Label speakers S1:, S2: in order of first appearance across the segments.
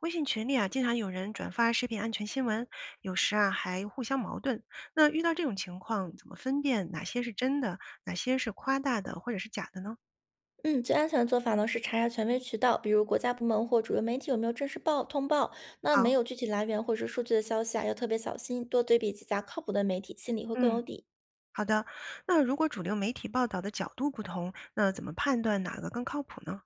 S1: 微信群里啊，经常有人转发食品安全新闻，有时啊还互相矛盾。那遇到这种情况，怎么分辨哪些是真的，哪些是夸大的或者是假的呢？
S2: 嗯，最安全的做法呢是查权威渠道，比如国家部门或主流媒体有没有正式报通报。那没
S1: 好，
S2: 有具体来源或者是数据的消息啊，要特别小心，多对比几家靠谱的媒体，心里会更
S1: 嗯，
S2: 有底。
S1: 好的。那如果主流媒体报道的角度不同，那怎么判断哪个更靠谱呢？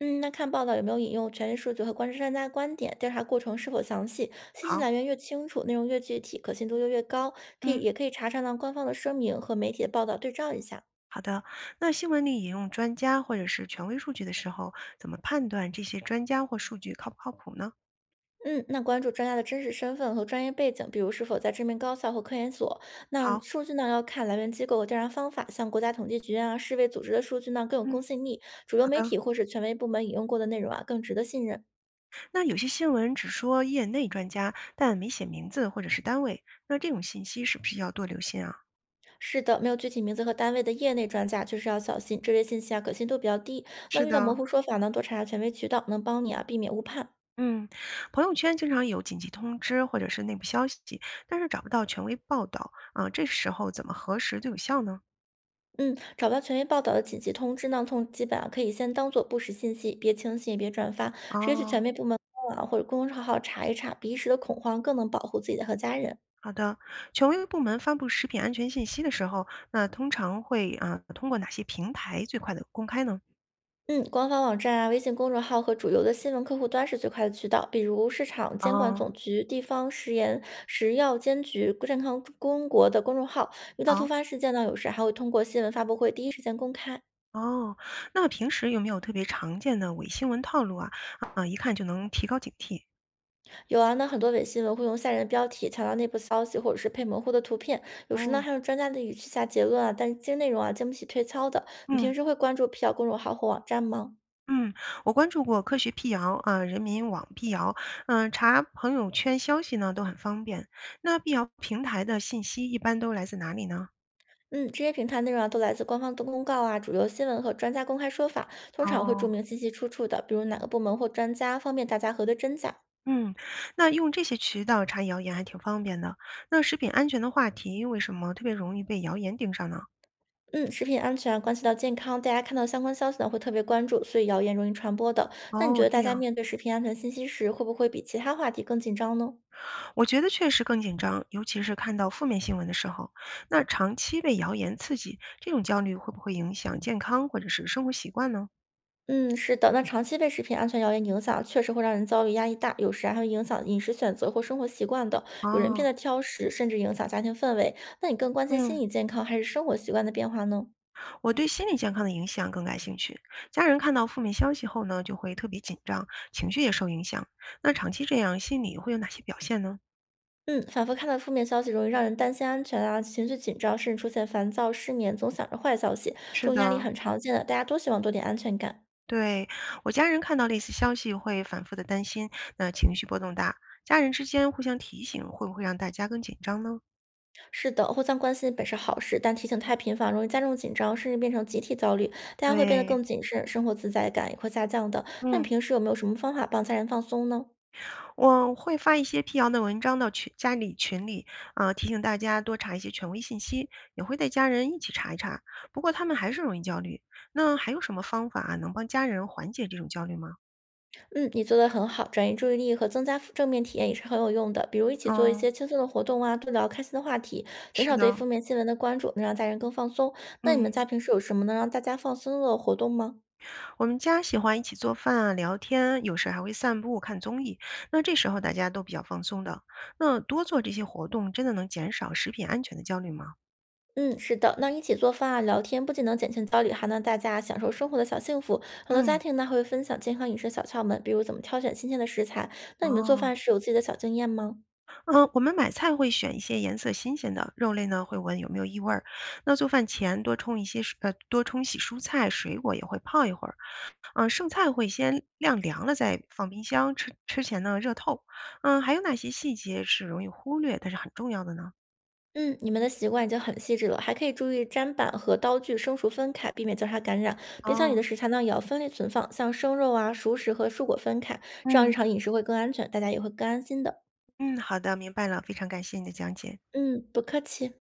S2: 嗯，那看报道有没有引用权威数据和观察专家的观点，调查过程是否详细，信息
S1: 好，
S2: 来源越清楚，内容越具体，可信度就越高。可以
S1: 嗯，
S2: 也可以查查呢官方的声明和媒体的报道对照一下。
S1: 好的。那新闻里引用专家或者是权威数据的时候，怎么判断这些专家或数据靠不靠谱呢？
S2: 嗯，那关注专家的真实身份和专业背景，比如是否在知名高校或科研所。那
S1: 好，
S2: 数据呢，要看来源机构和调查方法，像国家统计局啊、世卫组织的数据呢更有公
S1: 嗯，
S2: 信力，主流
S1: 好
S2: 媒
S1: 的。
S2: 体或是权威部门引用过的内容啊更值得信任。
S1: 那有些新闻只说业内专家，但没写名字或者是单位，那这种信息是不是要多留心啊？
S2: 是的，没有具体名字和单位的业内专家确实要小心，这类信息啊可信度比较低。那
S1: 是
S2: 遇到
S1: 的，
S2: 模糊说法呢，多查查权威渠道，能帮你啊避免误判。
S1: 嗯，朋友圈经常有紧急通知或者是内部消息，但是找不到权威报道啊，这时候怎么核实最有效呢？
S2: 嗯，找不到权威报道的紧急通知呢，从基本啊，可以先当做不实信息，别轻信，也别转发，直接去
S1: 哦，
S2: 权威部门官网啊或者公众号查一查，比一时的恐慌更能保护自己的和家人。
S1: 好的，权威部门发布食品安全信息的时候，那通常会啊通过哪些平台最快的公开呢？
S2: 嗯，官方网站啊、微信公众号和主流的新闻客户端是最快的渠道，比如市场监管
S1: 哦，
S2: 总局、地方食盐食药监局、健康中国的公众号，遇到突
S1: 好。
S2: 发事件呢，有时还会通过新闻发布会第一时间公开。
S1: 哦，那平时有没有特别常见的伪新闻套路啊？啊，一看就能提高警惕。
S2: 有啊，那很多伪新闻会用吓人的标题强调内部消息，或者是配模糊的图片，有时呢
S1: 哦，
S2: 还用专家的语气下结论啊，但是这些内容啊经不起推敲的。你
S1: 嗯
S2: 平时会关注辟谣公众号或网站吗？
S1: 嗯，我关注过科学辟谣啊，人民网辟谣，嗯、查朋友圈消息呢都很方便。那辟谣平台的信息一般都来自哪里呢？
S2: 嗯，这些平台内容啊都来自官方的公告啊、主流新闻和专家公开说法，通常会注
S1: 哦，
S2: 明信息出处的，比如哪个部门或专家，方便大家核对真假。
S1: 嗯，那用这些渠道查谣言还挺方便的。那食品安全的话题为什么特别容易被谣言盯上呢？
S2: 嗯，食品安全啊关系到健康，大家看到相关消息呢会特别关注，所以谣言容易传播的。那你觉
S1: 哦，
S2: 得
S1: 这
S2: 大家
S1: 样，
S2: 面对食品安全信息时，会不会比其他话题更紧张呢？
S1: 我觉得确实更紧张，尤其是看到负面新闻的时候。那长期被谣言刺激，这种焦虑会不会影响健康或者是生活习惯呢？
S2: 嗯，是的，那长期被食品安全谣言影响，确实会让人遭遇压力大，有时啊还会影响饮食选择或生活习惯的，有人
S1: 哦，
S2: 变得挑食，甚至影响家庭氛围。那你更关心心
S1: 嗯。
S2: 理健康还是生活习惯的变化呢？
S1: 我对心理健康的影响更感兴趣。家人看到负面消息后呢，就会特别紧张，情绪也受影响。那长期这样，心理会有哪些表现呢？
S2: 嗯，反复看到负面消息，容易让人担心安全啊，情绪紧张，甚至出现烦躁、失眠，总想着坏消息，这
S1: 是
S2: 种压力
S1: 的，
S2: 很常见的，大家都希望多点安全感。
S1: 对，我家人看到类似消息会反复的担心，那情绪波动大。家人之间互相提醒，会不会让大家更紧张呢？
S2: 是的，互相关心本是好事，但提醒太频繁容易加重紧张，甚至变成集体焦虑，大家会变得
S1: 对，
S2: 更谨慎，生活自在感也会下降的。那你
S1: 嗯。
S2: 平时有没有什么方法帮家人放松呢？
S1: 我会发一些辟谣的文章到群里，啊、提醒大家多查一些权威信息，也会带家人一起查一查。不过他们还是容易焦虑，那还有什么方法啊能帮家人缓解这种焦虑吗？
S2: 嗯，你做的很好，转移注意力和增加正面体验也是很有用的，比如一起做一
S1: 嗯，
S2: 些轻松的活动啊，多聊开心的话题，减
S1: 是
S2: 少对
S1: 的。
S2: 负面新闻的关注，能让家人更放松。那你们
S1: 嗯，
S2: 家平时有什么能让大家放松的活动吗？
S1: 我们家喜欢一起做饭啊，聊天，有时还会散步、看综艺。那这时候大家都比较放松的。那多做这些活动，真的能减少食品安全的焦虑吗？
S2: 嗯，是的，那一起做饭啊，聊天不仅能减轻焦虑，还能大家享受生活的小幸福。很多家
S1: 嗯，
S2: 庭呢还会分享健康饮食小窍门，比如怎么挑选新鲜的食材。那你们做
S1: 哦，
S2: 饭是有自己的小经验吗？
S1: 嗯，我们买菜会选一些颜色新鲜的，肉类呢会闻有没有异味儿。那做饭前多冲洗蔬菜、水果也会泡一会儿。嗯，剩菜会先晾凉了再放冰箱，吃前呢热透。嗯，还有哪些细节是容易忽略但是很重要的呢？
S2: 嗯，你们的习惯已经很细致了，还可以注意砧板和刀具生熟分开，避免交叉感染。冰箱里
S1: 哦，
S2: 的食材呢也要分类存放，像生肉啊、熟食和蔬果分开，这样日
S1: 嗯
S2: 常饮食会更安全，大家也会更安心的。
S1: 嗯，好的，明白了，非常感谢你的讲解。
S2: 嗯，不客气。